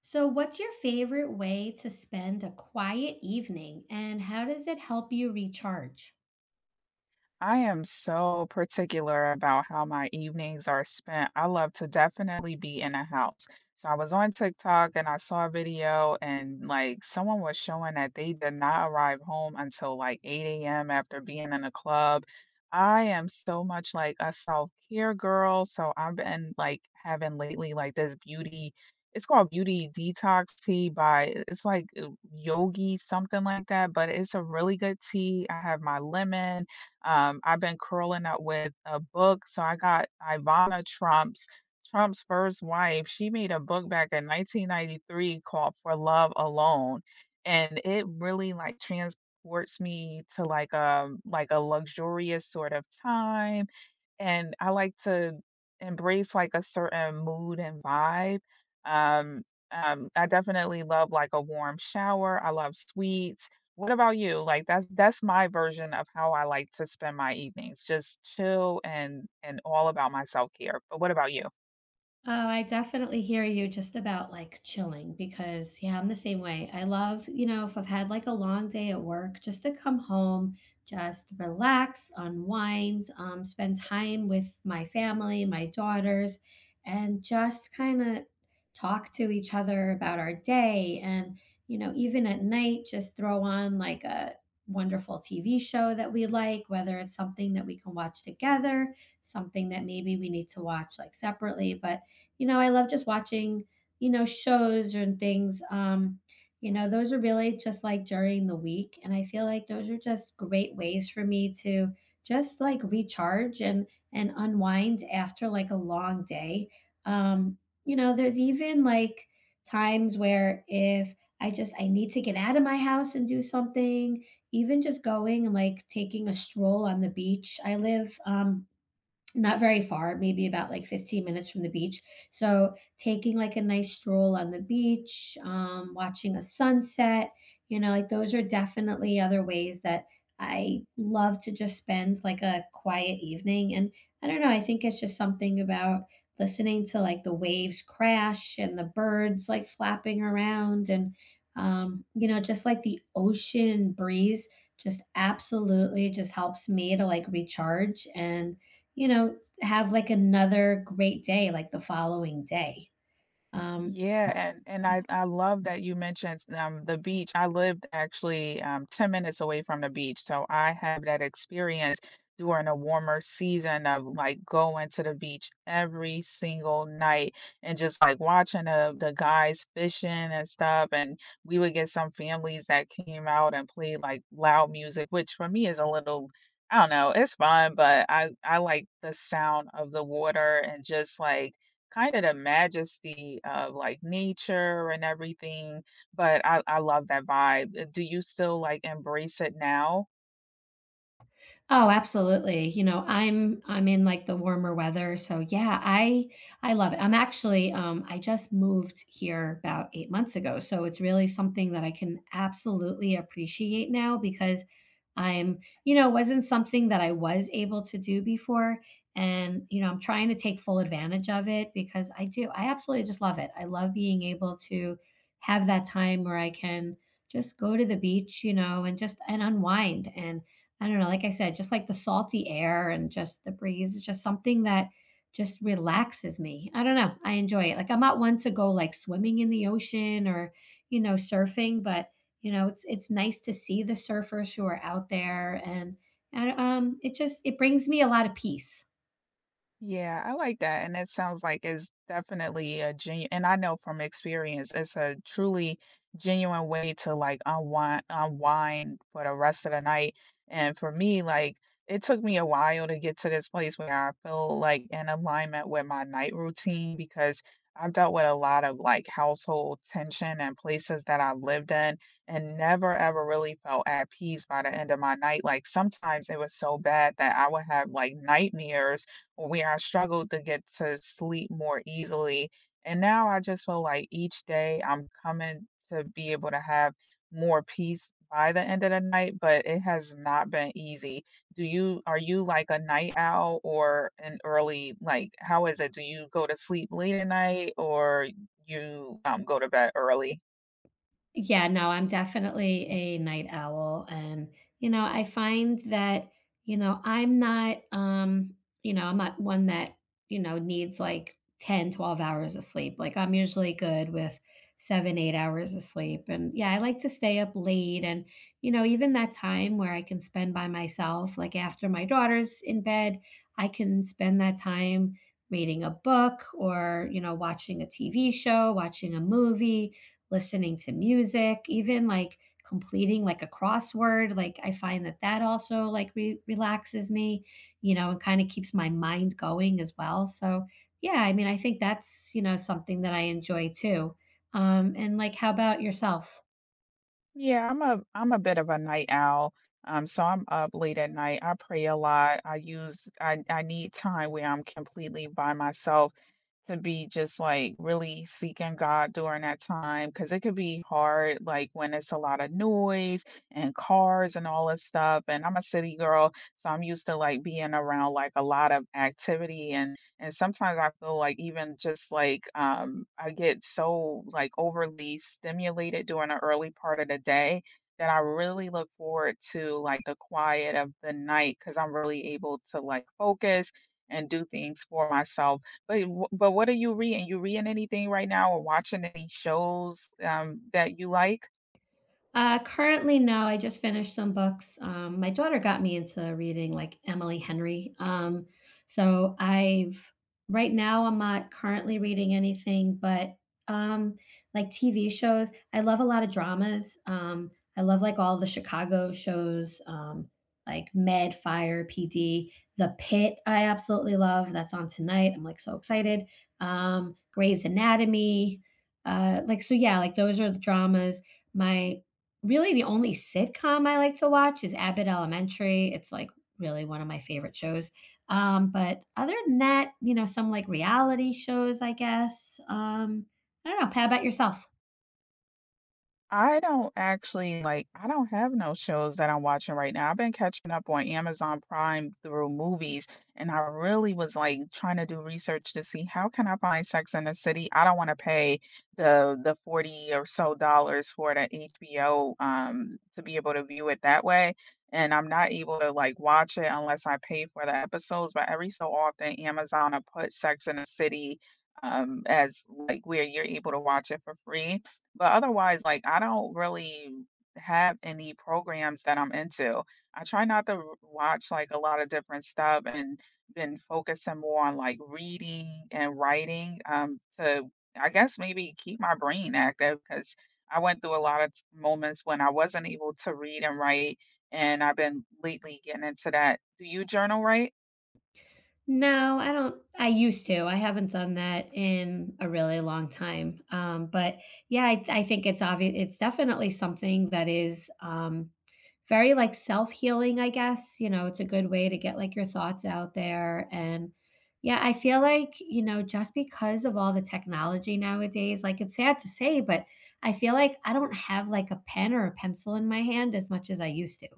So, what's your favorite way to spend a quiet evening, and how does it help you recharge? I am so particular about how my evenings are spent. I love to definitely be in a house. So I was on TikTok and I saw a video, and like someone was showing that they did not arrive home until like 8 a.m. after being in a club. I am so much like a self-care girl. So I've been like having lately like this beauty, it's called Beauty Detox Tea by it's like Yogi, something like that, but it's a really good tea. I have my lemon. I've been curling up with a book. So I got Ivana Trump's, Trump's first wife. She made a book back in 1993 called For Love Alone, and it really like transports me to like a luxurious sort of time. And I like to embrace like a certain mood and vibe. Um, I definitely love like a warm shower. I love sweets. What about you? Like, that's my version of how I like to spend my evenings, just chill and all about my self-care, but what about you? Oh, I definitely hear you just about like chilling because, yeah, I'm the same way. I love, you know, if I've had like a long day at work, just to come home, just relax, unwind, spend time with my family, my daughters, and just kind of talk to each other about our day. And, you know, even at night, just throw on like a wonderful TV show that we like, whether it's something that we can watch together, something that maybe we need to watch like separately, but you know, I love just watching, you know, shows and things. You know, those are really just like during the week. And I feel like those are just great ways for me to just like recharge and unwind after like a long day. Um, you know, there's even like times where if I just I need to get out of my house and do something, even just going and like taking a stroll on the beach. I live not very far, maybe about like 15 minutes from the beach. So, taking like a nice stroll on the beach, watching a sunset, you know, like those are definitely other ways that I love to just spend like a quiet evening. And I don't know, I think it's just something about listening to like the waves crash and the birds like flapping around and, you know, just like the ocean breeze just absolutely just helps me to like recharge and you know, have like another great day, like the following day. Um, Yeah, and I love that you mentioned the beach. I lived actually 10 minutes away from the beach, so I had that experience during a warmer season of like going to the beach every single night and just like watching the guys fishing and stuff. And we would get some families that came out and played like loud music, which for me is a little, I don't know, it's fun, but I like the sound of the water and just like kind of the majesty of, like, nature and everything, but I love that vibe. Do you still, like, embrace it now? Oh, absolutely. You know, I'm in like the warmer weather, so yeah, I love it. I'm actually I just moved here about 8 months ago, so it's really something that I can absolutely appreciate now because I'm, you know, wasn't something that I was able to do before and, you know, I'm trying to take full advantage of it because I do. I absolutely just love it. I love being able to have that time where I can just go to the beach, you know, and just and unwind and I don't know, like I said, just like the salty air and just the breeze is just something that just relaxes me. I don't know. I enjoy it. Like I'm not one to go like swimming in the ocean or, you know, surfing, but you know, it's nice to see the surfers who are out there and, and it just it brings me a lot of peace. Yeah, I like that, and it sounds like it's definitely a genuine. And I know from experience, it's a truly genuine way to, like, unwind for the rest of the night, and for me, like, it took me a while to get to this place where I feel, like, in alignment with my night routine because I've dealt with a lot of, like, household tension and places that I've lived in and never, ever really felt at peace by the end of my night, like, sometimes it was so bad that I would have, like, nightmares where I struggled to get to sleep more easily. And now I just feel like each day I'm coming to be able to have more peace by the end of the night, but it has not been easy. Do you are you like a night owl or an early, like how is it? Do you go to sleep late at night or you go to bed early? Yeah, no, I'm definitely a night owl. And, you know, I find that, you know, I'm not, you know, I'm not one that, you know, needs like 10, 12 hours of sleep. Like I'm usually good with 7, 8 hours of sleep. And yeah, I like to stay up late. And, you know, even that time where I can spend by myself, like after my daughter's in bed, I can spend that time reading a book or, you know, watching a TV show, watching a movie listening to music, even like completing like a crossword. Like I find that that also like relaxes me, you know, and kind of keeps my mind going as well. So yeah, I mean, I think that's, you know, something that I enjoy too. And like, how about yourself? Yeah, I'm a bit of a night owl. So I'm up late at night. I pray a lot. I need time where I'm completely by myself to be just like really seeking God during that time because it could be hard, like when it's a lot of noise and cars and all this stuff. And I'm a city girl, so I'm used to like being around like a lot of activity, and sometimes I feel like even just like I get so like overly stimulated during the early part of the day, that I really look forward to like the quiet of the night because I'm really able to like focus and do things for myself, but what are you reading? You reading anything right now or watching any shows, that you like? Currently, no. I just finished some books. My daughter got me into reading like Emily Henry. So I've right now I'm not currently reading anything, but um, like TV shows. I love a lot of dramas. I love like all the Chicago shows, like Med, Fire, PD, The Pit. I absolutely love. That's on tonight. I'm like so excited. Grey's Anatomy. Like so, yeah. Like those are the dramas my really, the only sitcom I like to watch is Abbott Elementary. It's, like, really one of my favorite shows. But other than that, you know, some, like, reality shows, I guess. I don't know. How about yourself? I don't actually like, I don't have no shows that I'm watching right now. I've been catching up on Amazon Prime through movies, and I really was like trying to do research to see how can I find Sex in the City? I don't want to pay the 40 or so dollars for the HBO to be able to view it that way. And I'm not able to like watch it unless I pay for the episodes, but every so often Amazon will put Sex in the City as like where you're able to watch it for free, but otherwise, like, I don't really have any programs that I'm into. I try not to r watch, like, a lot of different stuff, and been focusing more on, like, reading and writing, to, I guess, maybe keep my brain active because I went through a lot of t moments when I wasn't able to read and write, and I've been lately getting into that. Do you journal write? No, I don't I used to, I haven't done that in a really long time, but, yeah, I think it's obvious. It's definitely something that is, very, like, self-healing, I guess, you know, it's a good way to get, like, your thoughts out there, and, yeah, I feel like, you know, just because of all the technology nowadays, like, it's sad to say, but I feel like I don't have, like, a pen or a pencil in my hand as much as I used to,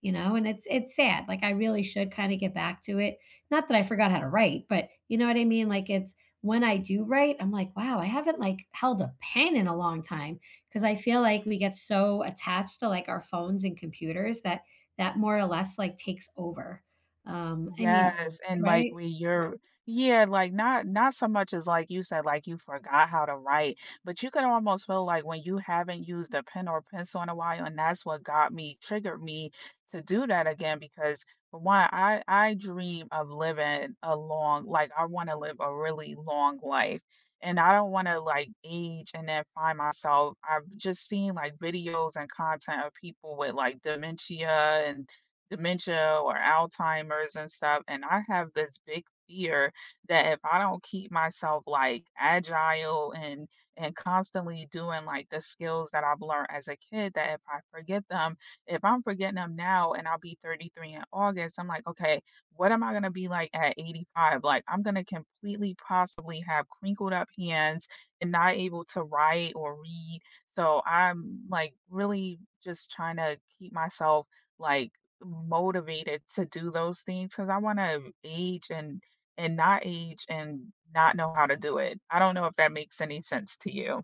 you know, and it's sad, like, I really should kinda get back to it, not that I forgot how to write, but you know what I mean? Like it's when I do write, I'm like, wow, I haven't like held a pen in a long time because I feel like we get so attached to like our phones and computers that more or less like takes over. Um, I mean, Yes, and like right? with your, yeah, like not so much as like you said, like you forgot how to write, but you can almost feel like when you haven't used a pen or pencil in a while, and that's what got me, triggered me to do that again because for one, I dream of living a long, like I want to live a really long life. And I don't want to like age and then find myself. I've just seen like videos and content of people with like and dementia or Alzheimer's and stuff, and I have this big fear that if I don't keep myself like agile and constantly doing like the skills that I've learned as a kid, that if I forget them, if I'm forgetting them now, and I'll be 33 in August, I'm like, okay, what am I gonna be like at 85? Like I'm gonna completely possibly have crinkled up hands and not able to write or read. So I'm like really just trying to keep myself like motivated to do those things, cause I wanna age and not age and not know how to do it. I don't know if that makes any sense to you.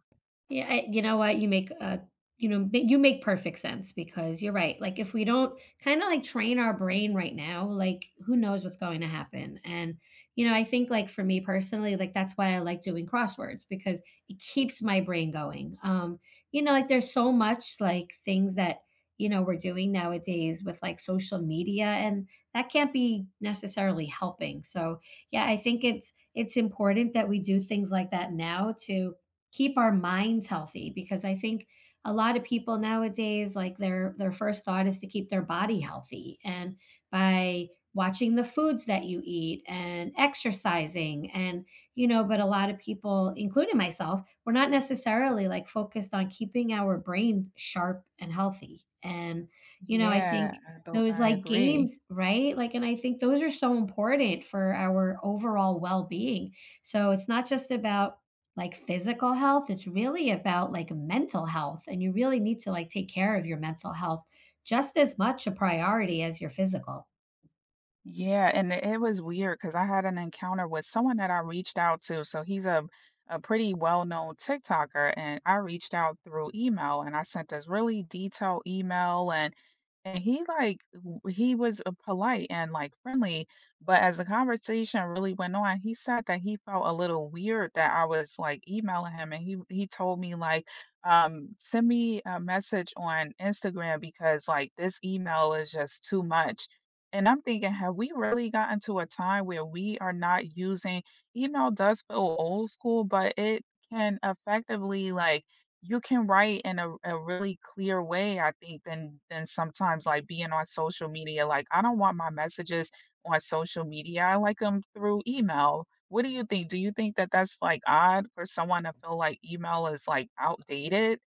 Yeah, I, you know what? You make you know, you make perfect sense because you're right. Like if we don't kind of like train our brain right now, like who knows what's going to happen. And you know, I think like for me personally, like that's why I like doing crosswords because it keeps my brain going. You know, like there's so much like things that you know we're doing nowadays with like social media and that can't be necessarily helping. So, yeah, I think it's important that we do things like that now to keep our minds healthy because I think a lot of people nowadays like their first thought is to keep their body healthy and by watching the foods that you eat and exercising and you know but a lot of people including myself we're not necessarily like focused on keeping our brain sharp and healthy and you know I Yeah, think those I like agree. games right like and I think those are so important for our overall well-being so it's not just about like physical health, it's really about like mental health and you really need to like take care of your mental health just as much a priority as your physical. Yeah, and it was cause I had an encounter with someone that I reached out to. So he's a pretty well-known TikToker, and I reached out through email, and I sent this really detailed email, and he was, polite and, like, friendly, but as the conversation really went on, he said that he felt a little weird that I was, like, emailing him, and he told me, like, "Send me a message on Instagram because, like, this email is just too much." And I'm thinking, have we really gotten to a time where we are not using, email does feel old school, but it can effectively, like, you can write in a really clear way, I think, than sometimes, like, being on social media. Like, I don't want my messages on social media, I like them through email. What do you think? Do you think that that's, like, odd for someone to feel like email is, like, outdated?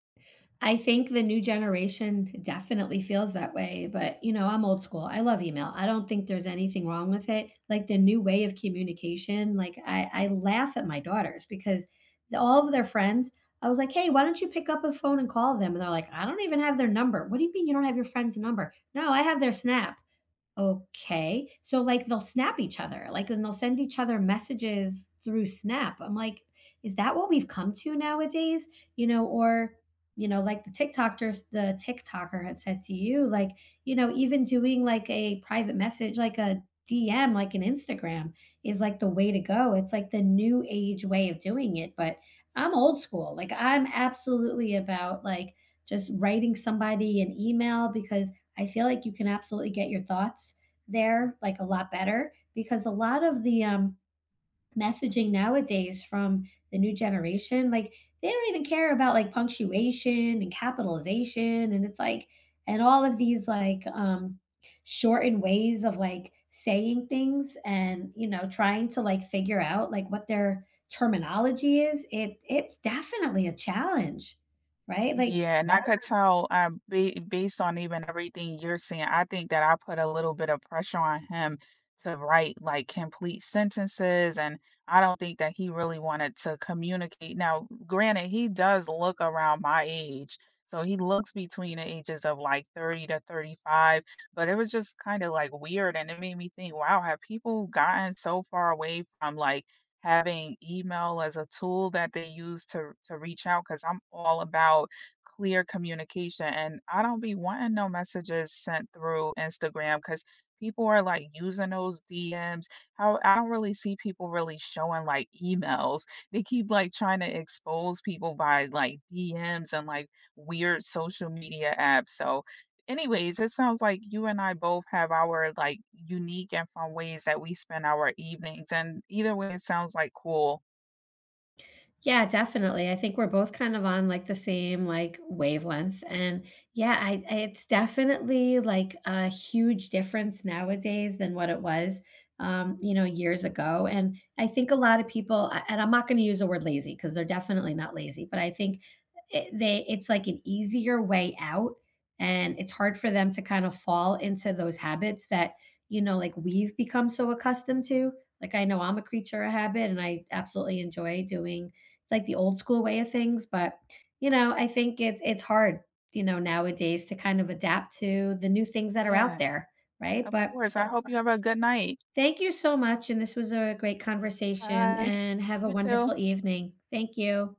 I think the new generation definitely feels that way, but, you know, I'm old school. I love email. I don't think there's anything wrong with it. Like the new way of communication, like I laugh at my daughters because all of their friends, I was like, hey, why don't you pick up a phone and call them? And they're like, I don't even have their number. What do you mean you don't have your friend's number? No, I have their snap. Okay. So, like, they'll snap each other, like, and they'll send each other messages through Snap. I'm like, is that what we've come to nowadays? You know, or, you know, like the TikTokers, the TikToker had said to you, like, you know, even doing like a private message, like a DM, like an Instagram is like the way to go. It's like the new age way of doing it. But I'm old school. Like, I'm absolutely about like just writing somebody an email because I feel like you can absolutely get your thoughts there like a lot better because a lot of the messaging nowadays from the new generation, like they don't even care about like punctuation and capitalization and it's like and all of these like shortened ways of like saying things and you know trying to like figure out like what their terminology is it's definitely a challenge right like Yeah, and I could tell, ba based on even everything you're saying, I think that I put a little bit of pressure on him to write like complete sentences, and I don't think that he really wanted to communicate. Now, granted, he does look around my age, so he looks between the ages of like 30 to 35, but it was just kind of like weird, and it made me think, wow, have people gotten so far away from like having email as a tool that they use to reach out? Because I'm all about clear communication. And I don't be wanting no messages sent through Instagram because people are like using those DMs. How, I don't really see people really showing like emails. They keep like trying to expose people by like DMs and like weird social media apps. So anyways, it sounds like you and I both have our like unique and fun ways that we spend our evenings. And either way, it sounds like cool. yeah, definitely. I think we're both kind of on like the same like wavelength. And yeah, it's definitely like a huge difference nowadays than what it was you know, years ago. And I think a lot of people and I'm not going to use the word lazy because they're definitely not lazy, but I think it's like an easier way out and it's hard for them to kind of fall into those habits that, you know, like we've become so accustomed to. Like I know I'm a creature of habit and I absolutely enjoy doing it's like the old school way of things, but, you know, I think it's hard, you know, nowadays to kind of adapt to the new things that are out Yeah, there, right? of But course. I hope you have a good night. thank you so much, and this was a great conversation, Bye. and have a You too. wonderful evening. Thank you.